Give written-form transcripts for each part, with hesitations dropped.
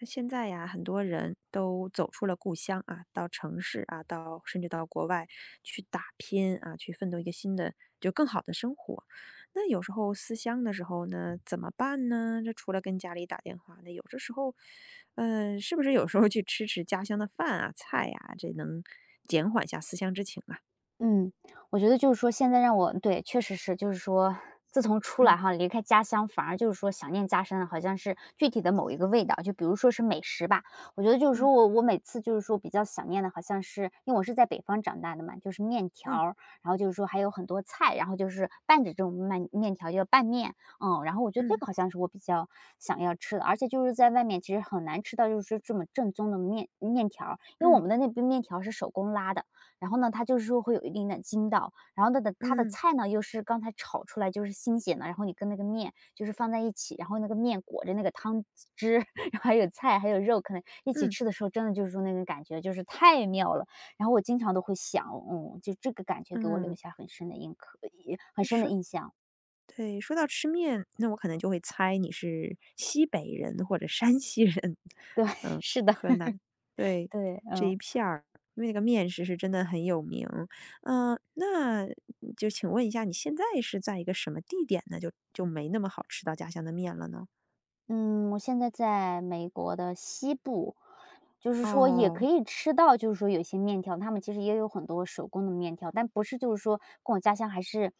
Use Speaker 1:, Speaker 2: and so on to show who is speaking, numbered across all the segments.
Speaker 1: 那现在呀，很多人都走出了故乡啊，到城市啊，到甚至到国外去打拼啊，去奋斗一个新的就更好的生活。那有时候思乡的时候呢，怎么办呢？这除了跟家里打电话，那有的时候，是不是有时候去吃吃家乡的饭啊、菜呀、这能减缓下思乡之情啊？
Speaker 2: 嗯，我觉得就是说现在让我对，确实是，就是说自从出来
Speaker 1: 嗯
Speaker 2: 哈，离开家乡，反而就是说想念家乡，好像是具体的某一个味道，就比如说是美食吧。我觉得就是
Speaker 1: 嗯
Speaker 2: 说我每次就是说比较想念的，好像是因为我是在北方长大的嘛，就是面条
Speaker 1: 嗯
Speaker 2: 儿然后就是说还有很多菜，然后就是拌着这种面条叫拌面，嗯，然后我觉得这
Speaker 1: 嗯
Speaker 2: 个好像是我比较想要吃的，而且就是在外面其实很难吃到就是说这么正宗的面条儿因为我
Speaker 1: 嗯
Speaker 2: 们的那边面条是手工拉的，然后呢，它就是说会有一定的筋道，然后它的
Speaker 1: 嗯嗯
Speaker 2: 菜呢又是刚才炒出来就是新鲜的，然后你跟那个面就是放在一起，然后那个面裹着那个汤汁，然后还有菜还有肉，可能一起
Speaker 1: 嗯，
Speaker 2: 吃的时候，真的就是说那种感觉就是太妙了。然后我经常都会想，嗯，就这个感觉给我留
Speaker 1: 嗯，
Speaker 2: 下很深的印刻，很
Speaker 1: 那
Speaker 2: 深的
Speaker 1: 说
Speaker 2: 印象。
Speaker 1: 对，说到吃面，那我可能就会猜你是西北人或者山西人。
Speaker 2: 对，
Speaker 1: 嗯，
Speaker 2: 是的，
Speaker 1: 对，
Speaker 2: 对，
Speaker 1: 这
Speaker 2: 嗯。
Speaker 1: 一片儿，因为那个面食是真的很有名。嗯，那就请问一下，你现在是在一个什么地点呢？就就没那么好吃到家乡的面了呢？
Speaker 2: 嗯，我现在在美国的西部，就是说也
Speaker 1: 哦，
Speaker 2: 可以吃到，就是说有些面条，他们其实也有很多手工的面条，但不是就是说跟我家乡还是，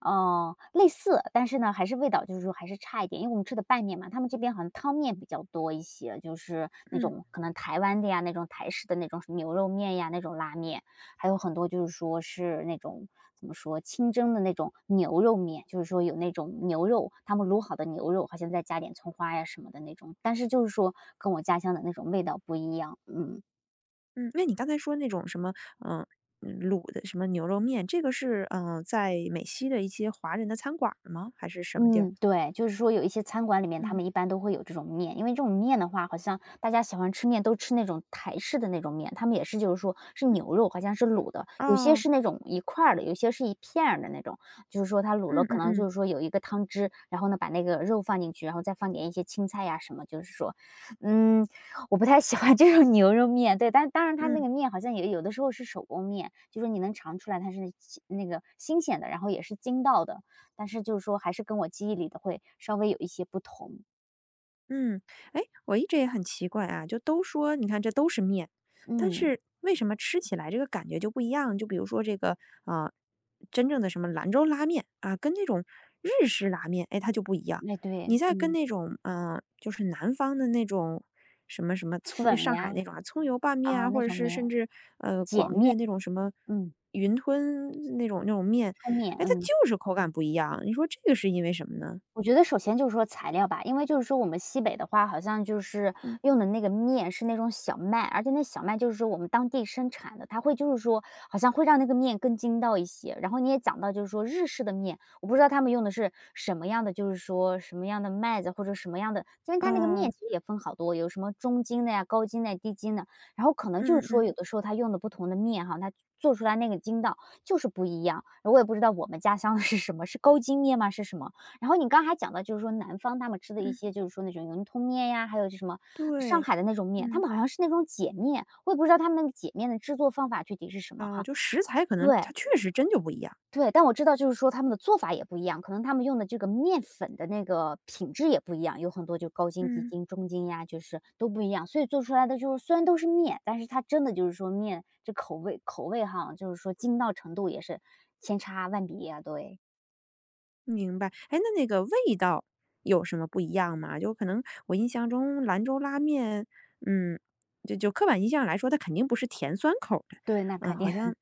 Speaker 2: 类似，但是呢，还是味道就是说还是差一点，因为我们吃的拌面嘛，他们这边好像汤面比较多一些，就是那
Speaker 1: 嗯
Speaker 2: 种可能台湾的呀，那种台式的那种牛肉面呀，那种拉面，还有很多就是说是那种怎么说，清蒸的那种牛肉面，就是说有那种牛肉，他们卤好的牛肉，好像再加点葱花呀什么的那种，但是就是说跟我家乡的那种味道不一样，嗯。
Speaker 1: 嗯，那你刚才说那种什么，嗯、卤的什么牛肉面，这个是在美西的一些华人的餐馆儿吗？还是什么地儿？
Speaker 2: 嗯，对，就是说有一些餐馆里面，他
Speaker 1: 嗯，
Speaker 2: 们一般都会有这种面，因为这种面的话，好像大家喜欢吃面都吃那种台式的那种面，他们也是就是说是牛肉，好像是卤的，有些
Speaker 1: 哦，
Speaker 2: 是那种一块儿的，有些是一片儿的那种，就是说它卤
Speaker 1: 嗯
Speaker 2: 了，可
Speaker 1: 嗯
Speaker 2: 能就
Speaker 1: 嗯
Speaker 2: 是说有一个汤汁，然后呢把那个肉放进去，然后再放点一些青菜呀什么，就是说，嗯，我不太喜欢这种牛肉面，对，但当然它那
Speaker 1: 嗯。
Speaker 2: 个面好像也有的时候是手工面，就是你能尝出来它是那个新鲜的，然后也是筋道的，但是就是说还是跟我记忆里的会稍微有一些不同。
Speaker 1: 嗯，哎，我一直也很奇怪啊，就都说你看这都是面，但
Speaker 2: 嗯，
Speaker 1: 是为什么吃起来这个感觉就不一样？就比如说这个啊、呃真正的什么兰州拉面啊，跟那种日式拉面，哎，它就不一样。
Speaker 2: 哎，对，
Speaker 1: 你再跟
Speaker 2: 嗯，
Speaker 1: 那种就是南方的那种什么葱，
Speaker 2: 粉
Speaker 1: 上
Speaker 2: 呀，
Speaker 1: 海那种啊，葱油拌面
Speaker 2: 啊，
Speaker 1: 啊，或
Speaker 2: 那
Speaker 1: 者
Speaker 2: 种
Speaker 1: 是
Speaker 2: 面，
Speaker 1: 甚至
Speaker 2: 碱
Speaker 1: 广粤
Speaker 2: 面，
Speaker 1: 那种什么
Speaker 2: 嗯，
Speaker 1: 云吞那种面，
Speaker 2: 冲面，
Speaker 1: 哎，它
Speaker 2: 嗯。
Speaker 1: 就是口感不一样。你说这个是因为什么呢？
Speaker 2: 我觉得首先就是说材料吧，因为就是说我们西北的话，好像就是
Speaker 1: 嗯，
Speaker 2: 用的那个面是那种小麦，而且那小麦就是说我们当地生产的，它会就是说好像会让那个面更筋道一些。然后你也讲到就是说日式的面，我不知道他们用的是什么样的，就是说什么样的麦子或者什么样的，因为它那个面
Speaker 1: 哦，
Speaker 2: 其实也分好多，有什么中筋的呀、高筋的呀、低筋的，然后可能就
Speaker 1: 嗯嗯嗯
Speaker 2: 是说
Speaker 1: 嗯。
Speaker 2: 有的时候它用的不同的面哈，它做出来那个筋道就是不一样。我也不知道我们家乡的是什么，是高筋面吗？是什么？然后你刚还讲到，就是说南方他们吃的一些，就是说那种云吞面呀，还有就什么上
Speaker 1: 对，
Speaker 2: 海的那种面，他
Speaker 1: 嗯。
Speaker 2: 们好像是那种碱面，我也不知道他们那个碱面的制作方法具体是什么
Speaker 1: 啊，
Speaker 2: 哈。
Speaker 1: 就食材可能
Speaker 2: 对，
Speaker 1: 它确实真就不一样。
Speaker 2: 对，但我知道就是说他们的做法也不一样，可能他们用的这个面粉的那个品质也不一样，有很多就高筋、低
Speaker 1: 嗯。
Speaker 2: 筋、中筋呀，就是都不一样，所以做出来的就是虽然都是面，但是它真的就是说面这口味哈，就是说筋道程度也是千差万别啊，对，
Speaker 1: 明白，哎，那那个味道有什么不一样吗？就可能我印象中兰州拉面，嗯，就刻板印象来说，它肯定不是甜酸口的，
Speaker 2: 对，那
Speaker 1: 嗯，
Speaker 2: 肯定。
Speaker 1: 好像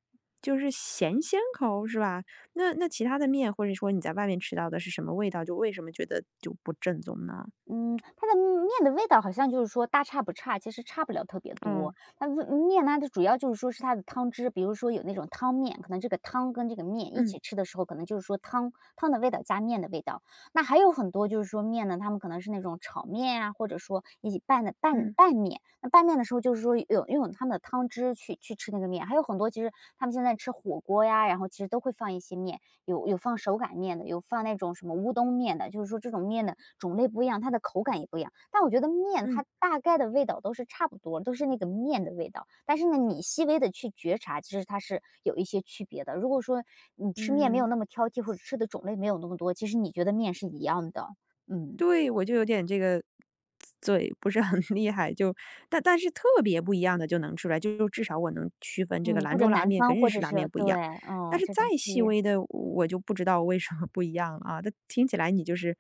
Speaker 1: 就是咸鲜口是吧？那其他的面或者说你在外面吃到的是什么味道，就为什么觉得就不正宗呢？
Speaker 2: 嗯，它的面的味道好像就是说大差不差，其实差不了特别
Speaker 1: 嗯。
Speaker 2: 多。那味面呢，它主要就是说是它的汤汁，比如说有那种汤面，可能这个汤跟这个面一
Speaker 1: 嗯，
Speaker 2: 起吃的时候，可能就是说汤汤的味道加面的味道。那还有很多就是说面呢，他们可能是那种炒面啊，或者说一起拌的拌
Speaker 1: 嗯，
Speaker 2: 拌面。那拌面的时候就是说有用他们的汤汁去吃那个面，还有很多其实他们现在吃火锅呀，然后其实都会放一些面。有放手擀面的，有放那种什么乌冬面的，就是说这种面的种类不一样，它的口感也不一样。但我觉得面
Speaker 1: 嗯，
Speaker 2: 它大概的味道都是差不多，都是那个面的味道。但是呢，你细微的去觉察，其实它是有一些区别的。如果说你吃面没有
Speaker 1: 嗯。
Speaker 2: 那么挑剔，或者吃的种类没有那么多，其实你觉得面是一样的。嗯。
Speaker 1: 对，我就有点这个嘴不是很厉害，就但是特别不一样的就能吃出来，就至少我能区分这
Speaker 2: 嗯，
Speaker 1: 个
Speaker 2: 或
Speaker 1: 兰
Speaker 2: 者
Speaker 1: 州拉
Speaker 2: 南
Speaker 1: 面
Speaker 2: 方，
Speaker 1: 跟日
Speaker 2: 或
Speaker 1: 式
Speaker 2: 者
Speaker 1: 拉面
Speaker 2: 是
Speaker 1: 不一
Speaker 2: 对，
Speaker 1: 样。但
Speaker 2: 嗯，
Speaker 1: 是
Speaker 2: 这
Speaker 1: 再
Speaker 2: 种区
Speaker 1: 细
Speaker 2: 域，
Speaker 1: 微的我就不知道为什么不一样了啊，但听起来你就是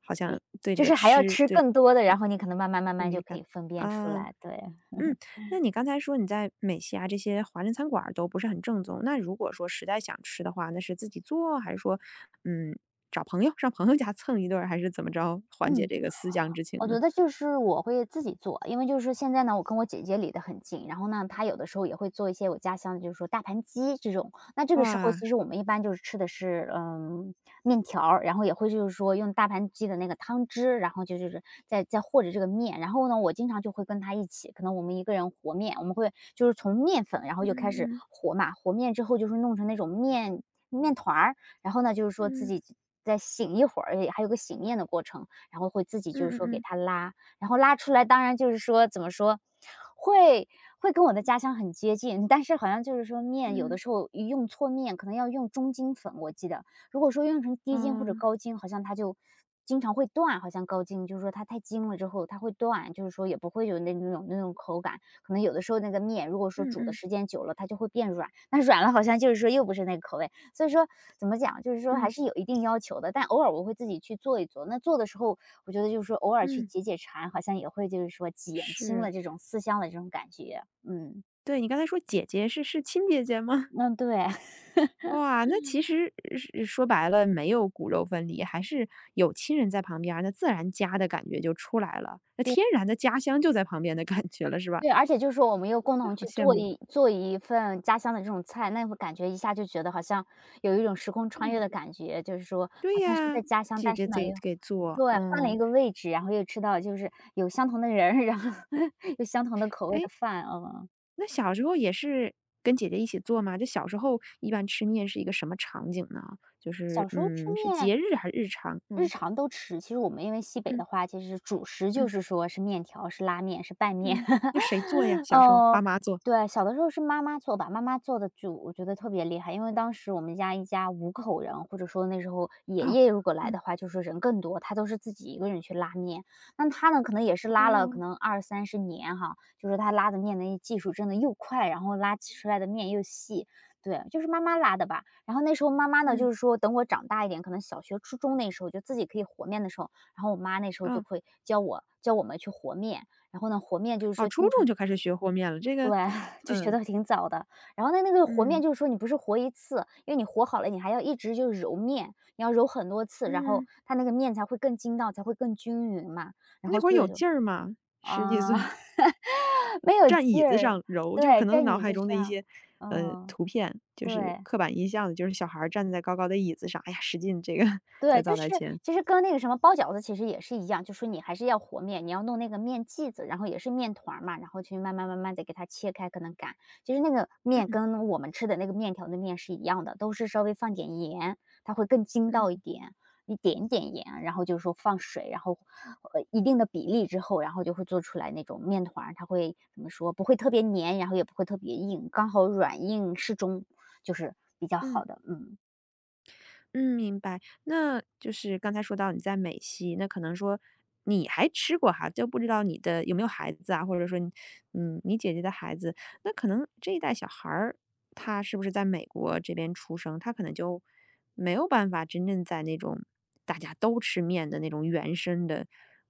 Speaker 1: 好像对这
Speaker 2: 就
Speaker 1: 个
Speaker 2: 是还要
Speaker 1: 吃
Speaker 2: 吃
Speaker 1: 对
Speaker 2: 更多的，然后你可能慢慢慢
Speaker 1: 很
Speaker 2: 慢就
Speaker 1: 敏
Speaker 2: 可
Speaker 1: 感
Speaker 2: 以分辨出
Speaker 1: 啊。
Speaker 2: 来。对，
Speaker 1: 嗯，那你刚才说你在美西啊这些华人餐馆儿都不是很正宗，那如果说实在想吃的话，那是自己做还是说，嗯，找朋友上朋友家蹭一顿儿还是怎么着缓解
Speaker 2: 嗯。
Speaker 1: 这个思乡之情
Speaker 2: 我
Speaker 1: 呢？
Speaker 2: 觉得就是我会自己做，因为就是现在呢，我跟我姐姐离得很近，然后呢，她有的时候也会做一些我家乡的，就是说大盘鸡这种。那这个时候
Speaker 1: 哇，
Speaker 2: 其实我们一般就是吃的是，嗯，面条儿然后也会就是说用大盘鸡的那个汤汁，然后就就是再和着这个面。然后呢，我经常就会跟她一起，可能我们一个人和面，我们会就是从面粉，然后
Speaker 1: 嗯
Speaker 2: 就开始
Speaker 1: 嗯
Speaker 2: 和嘛，和面之后就是弄成那种面面团儿，然后呢，就是说自
Speaker 1: 嗯
Speaker 2: 己再醒一会儿，也还有个醒面的过程。然后会自己就是
Speaker 1: 嗯嗯
Speaker 2: 说给
Speaker 1: 嗯
Speaker 2: 它拉，然后拉出来，当然就是说怎么说，会会跟我的家乡很接近，但是好像就是说面有的
Speaker 1: 嗯，
Speaker 2: 时候用错面，可能要用中筋粉，我记得，如果说用成
Speaker 1: 哦，
Speaker 2: 低筋或者高筋，好像它就经常会断，好像高筋就是说它太筋了之后它会断，就是说也不会有那种口感，可能有的时候那个面如果说
Speaker 1: 嗯
Speaker 2: 煮的
Speaker 1: 嗯
Speaker 2: 时间久了，它就会变软，那软了好像就是说又不是那个口味，所以说怎么讲，就是说还
Speaker 1: 嗯
Speaker 2: 是有一定要求的，但偶尔我会自己去做一做，那做的时候我觉得就是说偶尔去
Speaker 1: 嗯，
Speaker 2: 解解馋，好像也会就是说减轻
Speaker 1: 是，
Speaker 2: 了这种思乡的这种感觉。嗯，
Speaker 1: 对你刚才说姐姐是亲姐姐吗？
Speaker 2: 嗯，对
Speaker 1: 哇，那其实是说白了，没有骨肉分离，还是有亲人在旁边儿那自然家的感觉就出来了，那
Speaker 2: 对，
Speaker 1: 天然的家乡就在旁边的感觉了，是吧？
Speaker 2: 对，而且就是说我们又共
Speaker 1: 那
Speaker 2: 同
Speaker 1: 好
Speaker 2: 去
Speaker 1: 羡
Speaker 2: 做
Speaker 1: 慕。
Speaker 2: 一做一份家乡的这种菜，那会感觉一下就觉得好像有一种时空穿
Speaker 1: 嗯，
Speaker 2: 越的感觉，就是说
Speaker 1: 对
Speaker 2: 好像是
Speaker 1: 呀，
Speaker 2: 在家乡，
Speaker 1: 姐
Speaker 2: 但
Speaker 1: 姐
Speaker 2: 是呢
Speaker 1: 自己
Speaker 2: 又
Speaker 1: 给做，
Speaker 2: 对，换了一
Speaker 1: 嗯，
Speaker 2: 个位置，然后又吃到就是有相同的人儿然后 有相同的口味
Speaker 1: 哎，
Speaker 2: 的饭，嗯。
Speaker 1: 那小时候也是跟姐姐一起做吗？就小时候一般吃面是一个什么场景呢？就
Speaker 2: 小
Speaker 1: 是
Speaker 2: 时候吃
Speaker 1: 是
Speaker 2: 面
Speaker 1: 节日还是日常？
Speaker 2: 日
Speaker 1: 嗯
Speaker 2: 常都吃，其实我们因为西北
Speaker 1: 嗯
Speaker 2: 的话，其实主食就
Speaker 1: 嗯
Speaker 2: 是说是面条、是拉面、是拌面。
Speaker 1: 嗯，那谁做呀？小时候爸
Speaker 2: 哦，
Speaker 1: 妈做。
Speaker 2: 对，小的时候是妈妈做吧，妈妈做的就我觉得特别厉害，因为当时我们家一家5口人，或者说那时候爷
Speaker 1: 哦，
Speaker 2: 爷如果来
Speaker 1: 嗯，
Speaker 2: 的话，就说人更多，他都是自己一个人去拉面。那他呢，可能也是拉了可
Speaker 1: 哦，
Speaker 2: 能二三十年哈，就是他拉的面的技术真的又快，然后拉出来的面又细，对，就是妈妈拉的吧。然后那时候妈妈呢，就
Speaker 1: 嗯，
Speaker 2: 是说等我长大一点，可能小学、初中那时候就自己可以和面的时候，然后我妈那时候就
Speaker 1: 嗯。
Speaker 2: 会教我们去和面，然后呢，和面就是
Speaker 1: 哦，
Speaker 2: 说
Speaker 1: 初
Speaker 2: 经
Speaker 1: 中
Speaker 2: 常
Speaker 1: 就开始学和面了，这个，
Speaker 2: 对，就学
Speaker 1: 呃，
Speaker 2: 的挺早的。然后那个和面
Speaker 1: 嗯，
Speaker 2: 就是说你不是和一次，因为你和好了，你还要一直就揉面，你要揉很多次，然后
Speaker 1: 嗯，
Speaker 2: 它那个面才会更筋道，才会更均匀嘛。然
Speaker 1: 那
Speaker 2: 后
Speaker 1: 会儿
Speaker 2: 所
Speaker 1: 有
Speaker 2: 以就
Speaker 1: 劲儿吗？十几
Speaker 2: 啊，
Speaker 1: 岁，
Speaker 2: 没有
Speaker 1: 站椅
Speaker 2: 劲
Speaker 1: 子
Speaker 2: 儿，
Speaker 1: 上揉，就
Speaker 2: 对，
Speaker 1: 可能
Speaker 2: 站
Speaker 1: 脑
Speaker 2: 椅
Speaker 1: 海
Speaker 2: 子
Speaker 1: 中的一
Speaker 2: 上，
Speaker 1: 些，
Speaker 2: 嗯，
Speaker 1: 图片，就是
Speaker 2: 对。
Speaker 1: 刻板印象的，就是小孩儿站在高高的椅子上，哎呀，使劲这个 在
Speaker 2: 对，
Speaker 1: 灶
Speaker 2: 就
Speaker 1: 台
Speaker 2: 是
Speaker 1: 前，
Speaker 2: 其实跟那个什么包饺子其实也是一样，就说你还是要和面，你要弄那个面剂子，然后也是面团儿嘛，然后去慢慢的给它切开，可能擀。其实那个面
Speaker 1: 嗯，
Speaker 2: 跟我们吃的那个面条的面是一样的，都是稍微放点盐，它会更筋
Speaker 1: 嗯，
Speaker 2: 道一点。一点点盐，然后就是说放水，然后，一定的比例之后，然后就会做出来那种面团儿它会怎么说，不会特别粘，然后也不会特别硬，刚好软硬适中，就是比较
Speaker 1: 嗯。
Speaker 2: 好的，嗯。
Speaker 1: 嗯，明白。那就是刚才说到你在美西，那可能说你还吃过哈，就不知道你的有没有孩子啊，或者说你嗯，你姐姐的孩子，那可能这一代小孩儿他是不是在美国这边出生，他可能就没有办法真正在那种大家都吃面的那种原生的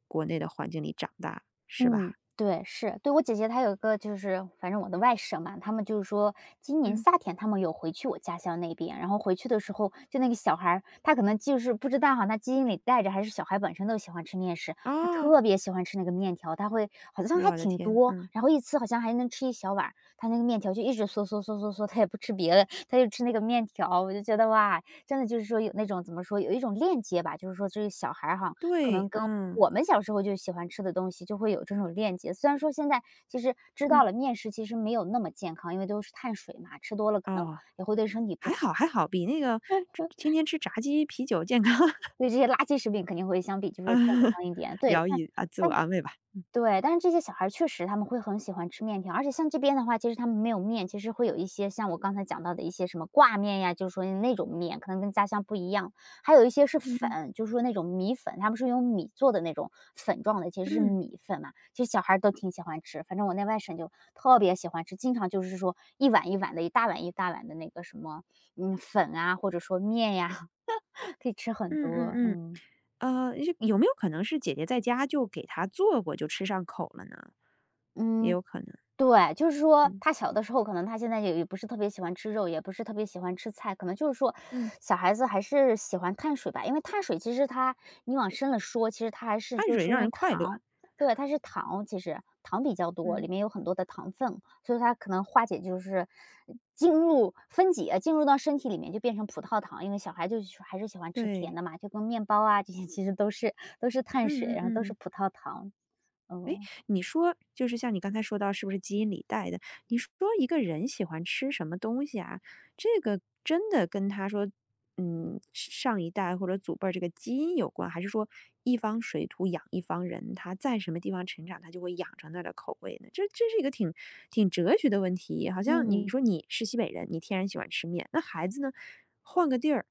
Speaker 1: 国内的环境里长大，是吧？
Speaker 2: 嗯，对，是，对，我姐姐她有一个就是反正我的外甥嘛，他们就是说今年
Speaker 1: 嗯，
Speaker 2: 夏天他们有回去我家乡那边，然后回去的时候，就那个小孩儿，他可能就是不知道哈，他基因里带着还是小孩本身都喜欢吃面食，他
Speaker 1: 哦，
Speaker 2: 特别喜欢吃那个面条，他会好像还
Speaker 1: 我的
Speaker 2: 挺
Speaker 1: 天，
Speaker 2: 多，
Speaker 1: 嗯，
Speaker 2: 然后一次好像还能吃一小碗儿，他那个面条就一直嗦嗦嗦嗦嗦，他也不吃别的，他就吃那个面条，我就觉得哇，真的就是说有那种怎么说，有一种链接吧，就是说这个小孩儿哈，可
Speaker 1: 对，
Speaker 2: 能跟
Speaker 1: 嗯
Speaker 2: 我们小时候就喜欢吃的东西就会有这种链接。虽然说现在其实知道
Speaker 1: 嗯，
Speaker 2: 了面食其实没有那么健康，因为都是碳水嘛，吃多了可能
Speaker 1: 哦。
Speaker 2: 也会对身体不
Speaker 1: 还好
Speaker 2: 好，
Speaker 1: 还好，比那个天天吃炸鸡、啤酒健康。
Speaker 2: 对这些垃圾食品肯定会相比就是
Speaker 1: 啊，
Speaker 2: 健康一点。对，
Speaker 1: 聊
Speaker 2: 但
Speaker 1: 以啊，自我
Speaker 2: 但
Speaker 1: 安慰吧。
Speaker 2: 对，但是这些小孩儿确实他们会很喜欢吃面条，而且像这边的话，其实他们没有面，其实会有一些像我刚才讲到的一些什么挂面呀，就是说那种面可能跟家乡不一样，还有一些是
Speaker 1: 嗯嗯
Speaker 2: 粉，就是说那种米粉，他们是用米做的那种粉状的，其实是
Speaker 1: 嗯
Speaker 2: 米粉嘛，其实小孩儿都挺喜欢吃，反正我那外甥就特别喜欢吃，经常就是说一碗一碗的，一大碗一大碗的那个什么，嗯，粉啊，或者说面呀，可以吃很
Speaker 1: 嗯嗯。
Speaker 2: 多，
Speaker 1: 嗯，
Speaker 2: 嗯
Speaker 1: 是有没有可能是姐姐在家就给他做过，就吃上口了呢？也
Speaker 2: 嗯。
Speaker 1: 有可能，
Speaker 2: 对，就是说
Speaker 1: 嗯。
Speaker 2: 他小的时候，可能他现在也不是特别喜欢吃肉，也不是特别喜欢吃菜，可能就是说
Speaker 1: 嗯。
Speaker 2: 小孩子还是喜欢碳水吧，因为碳水其实它你往深了说，其实它还是
Speaker 1: 汗
Speaker 2: 就是
Speaker 1: 水
Speaker 2: 说
Speaker 1: 让人
Speaker 2: 用
Speaker 1: 快乐，
Speaker 2: 糖，对，它是糖，其实糖比较多，里
Speaker 1: 嗯。
Speaker 2: 面有很多的糖分，所以它可能化解就是进入分解，进入到身体里面就变成葡萄糖，因为小孩就是还是喜欢吃甜
Speaker 1: 对。
Speaker 2: 的嘛，就跟面包啊这些其实都是碳水，
Speaker 1: 嗯嗯
Speaker 2: 然后都是
Speaker 1: 嗯。
Speaker 2: 葡萄糖，
Speaker 1: 诶，
Speaker 2: 嗯
Speaker 1: 你说就是像你刚才说到是不是基因里带的？你说一个人喜欢吃什么东西啊，这个真的跟他说，嗯，上一代或者祖辈儿这个基因有关，还是说一方水土养一方人，他在什么地方成长，他就会养成那儿的口味呢？这是一个挺哲学的问题。好像你
Speaker 2: 嗯。
Speaker 1: 说你是西北人，你天然喜欢吃面，那孩子呢，换个地儿，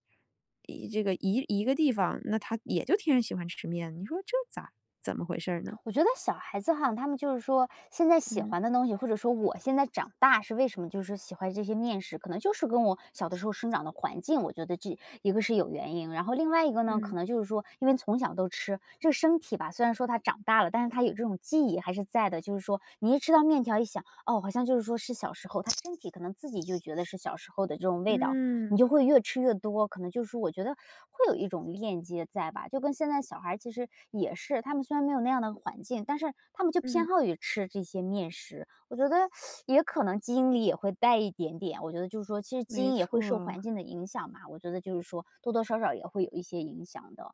Speaker 1: 一个地方，那他也就天然喜欢吃面。你说这咋怎么回事儿呢？
Speaker 2: 我觉得小孩子哈，他们就是说现在喜
Speaker 1: 嗯。
Speaker 2: 欢的东西，或者说我现在长大是为什么，就是喜欢这些面食，可能就是跟我小的时候生长的环境，我觉得这一个是有原因，然后另外一个呢，可
Speaker 1: 嗯，
Speaker 2: 能就是说，因为从小都吃，这个身体吧，虽然说他长大了，但是他有这种记忆还是在的，就是说你一吃到面条，一想，哦，好像就是说是小时候，他身体可能自己就觉得是小时候的这种味道，
Speaker 1: 嗯，
Speaker 2: 你就会越吃越多，可能就是我觉得会有一种链接在吧，就跟现在小孩儿其实也是，他们虽然没有那样的环境，但是他们就偏
Speaker 1: 嗯，
Speaker 2: 好于吃这些面食。我觉得 也可能基因里也会带一点点，我觉得就是说，其实基
Speaker 1: 没
Speaker 2: 因也会受
Speaker 1: 错。
Speaker 2: 环境的影响嘛，我觉得就是说多多少少也会有一些影响的。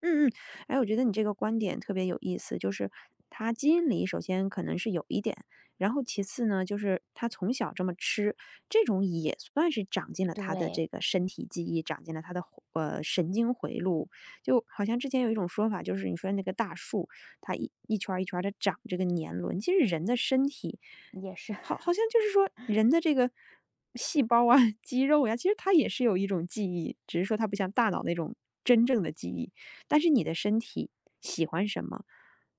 Speaker 1: 嗯嗯，哎，我觉得你这个观点特别有意思，就是他基因里首先可能是有一点，然后其次呢，就是他从小这么吃，这种也算是长进了他的
Speaker 2: 对，
Speaker 1: 这个身体记忆，长进了他的神经回路。就好像之前有一种说法，就是你说那个大树，它一圈儿一圈的长这个年轮，其实人的身体，
Speaker 2: 也是，
Speaker 1: 好像就是说人的这个。细胞啊，肌肉呀、其实它也是有一种记忆，只是说它不像大脑那种真正的记忆。但是你的身体喜欢什么，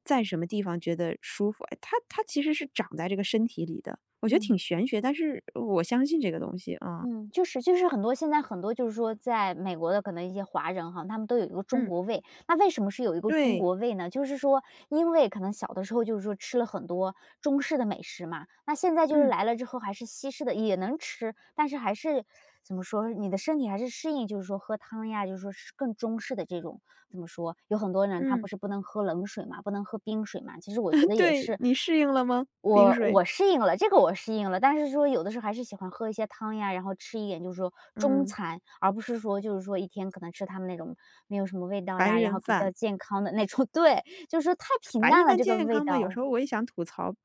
Speaker 1: 在什么地方觉得舒服，哎它它其实是长在这个身体里的。我觉得挺
Speaker 2: 嗯。
Speaker 1: 玄学，但是我相信这个东西啊。
Speaker 2: 嗯，就是很多现在很多就是说在美国的可能一些华人哈，他们都有一个中
Speaker 1: 嗯，
Speaker 2: 国胃。那为什么是有一个中
Speaker 1: 对，
Speaker 2: 国胃呢？就是说，因为可能小的时候就是说吃了很多中式的美食嘛，那现在就是
Speaker 1: 嗯
Speaker 2: 来了之后还是西式的也能吃，但是还是怎么说，你的身体还是适应，就是说喝汤呀，就是说是更中式的这种怎么说？有很多人他
Speaker 1: 嗯，
Speaker 2: 不是不能喝冷水嘛，不能喝冰水嘛，其实我觉 得也
Speaker 1: 对，
Speaker 2: 是
Speaker 1: 你适应了吗？冰
Speaker 2: 我
Speaker 1: 水，
Speaker 2: 我适应了，这个我适应了，但是说有的时候还是喜欢喝一些汤呀，然后吃一点就是说中
Speaker 1: 嗯，
Speaker 2: 餐，而不是说就是说一天可能吃他们那种没有什么味道
Speaker 1: 白
Speaker 2: 呀，然
Speaker 1: 人
Speaker 2: 后比较
Speaker 1: 饭，
Speaker 2: 健康的那种 对，就是说太平
Speaker 1: 白人
Speaker 2: 淡了
Speaker 1: 饭
Speaker 2: 这个
Speaker 1: 健
Speaker 2: 味
Speaker 1: 康吗？有时
Speaker 2: 道。
Speaker 1: 候我也想吐槽，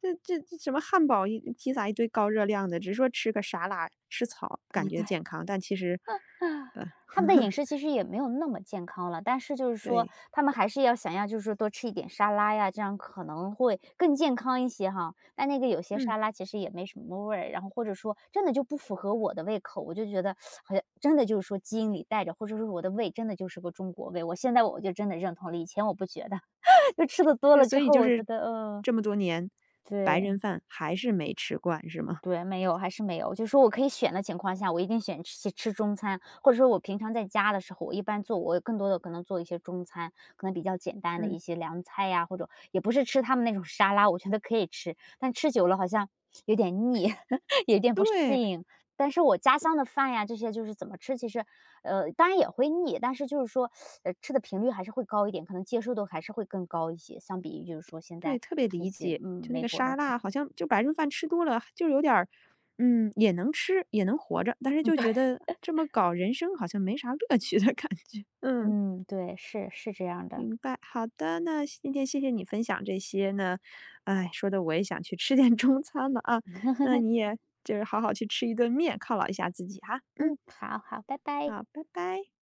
Speaker 1: 这这这什么汉堡一披萨一堆高热量的，只是说吃个沙拉吃草
Speaker 2: 啊，
Speaker 1: 感觉
Speaker 2: 对。
Speaker 1: 健康，但其实，
Speaker 2: 啊，
Speaker 1: 呃，
Speaker 2: 他们的饮食其实也没有那么健康了，但是就是说
Speaker 1: 对，
Speaker 2: 他们还是要想要就是说多吃一点沙拉呀，这样可能会更健康一些哈。但那个有些
Speaker 1: 嗯。
Speaker 2: 沙拉其实也没什么味儿，然后或者说真的就不符合我的胃口，我就觉得 好像真的就是说基因里带着，或者说我的胃真的就是个中国胃。我现在我就真的认同了，以前我不觉得，就吃的多
Speaker 1: 对，
Speaker 2: 了
Speaker 1: 所
Speaker 2: 之
Speaker 1: 以
Speaker 2: 后，
Speaker 1: 就
Speaker 2: 我觉
Speaker 1: 是
Speaker 2: 得嗯，
Speaker 1: 这么多年，
Speaker 2: 对。
Speaker 1: 白人饭还是没吃惯是吗？
Speaker 2: 对，没有，还是没有。就是说我可以选的情况下，我一定选去吃中餐，或者说我平常在家的时候，我一般做，我更多的可能做一些中餐，可能比较简单的
Speaker 1: 嗯，
Speaker 2: 一些凉菜呀，或者也不是吃他们那种沙拉，我觉得可以吃，但吃久了好像有点腻，有点不适
Speaker 1: 对
Speaker 2: 应。但是我家乡的饭呀，这些就是怎么吃，其实，当然也会腻，但是就是说，吃的频率还是会高一点，可能接受度还是会更高一些，相比于就是说现
Speaker 1: 对，
Speaker 2: 在
Speaker 1: 特别
Speaker 2: 这
Speaker 1: 理
Speaker 2: 些，
Speaker 1: 解。
Speaker 2: 嗯，
Speaker 1: 就那
Speaker 2: 美
Speaker 1: 个
Speaker 2: 国的
Speaker 1: 沙
Speaker 2: 饭，
Speaker 1: 拉，好像就白人饭吃多了，就有点儿，嗯，也能吃，也能活着，但是就觉得这么搞人生好像没啥乐趣的感觉。嗯，
Speaker 2: 嗯，对，是是这样的。
Speaker 1: 明白。好的，那今天谢谢你分享这些呢，哎，说的我也想去吃点中餐了啊。那你也就是好好去吃一顿面，犒劳一下自己哈。嗯，
Speaker 2: 嗯，好好，拜拜。
Speaker 1: 好，拜拜。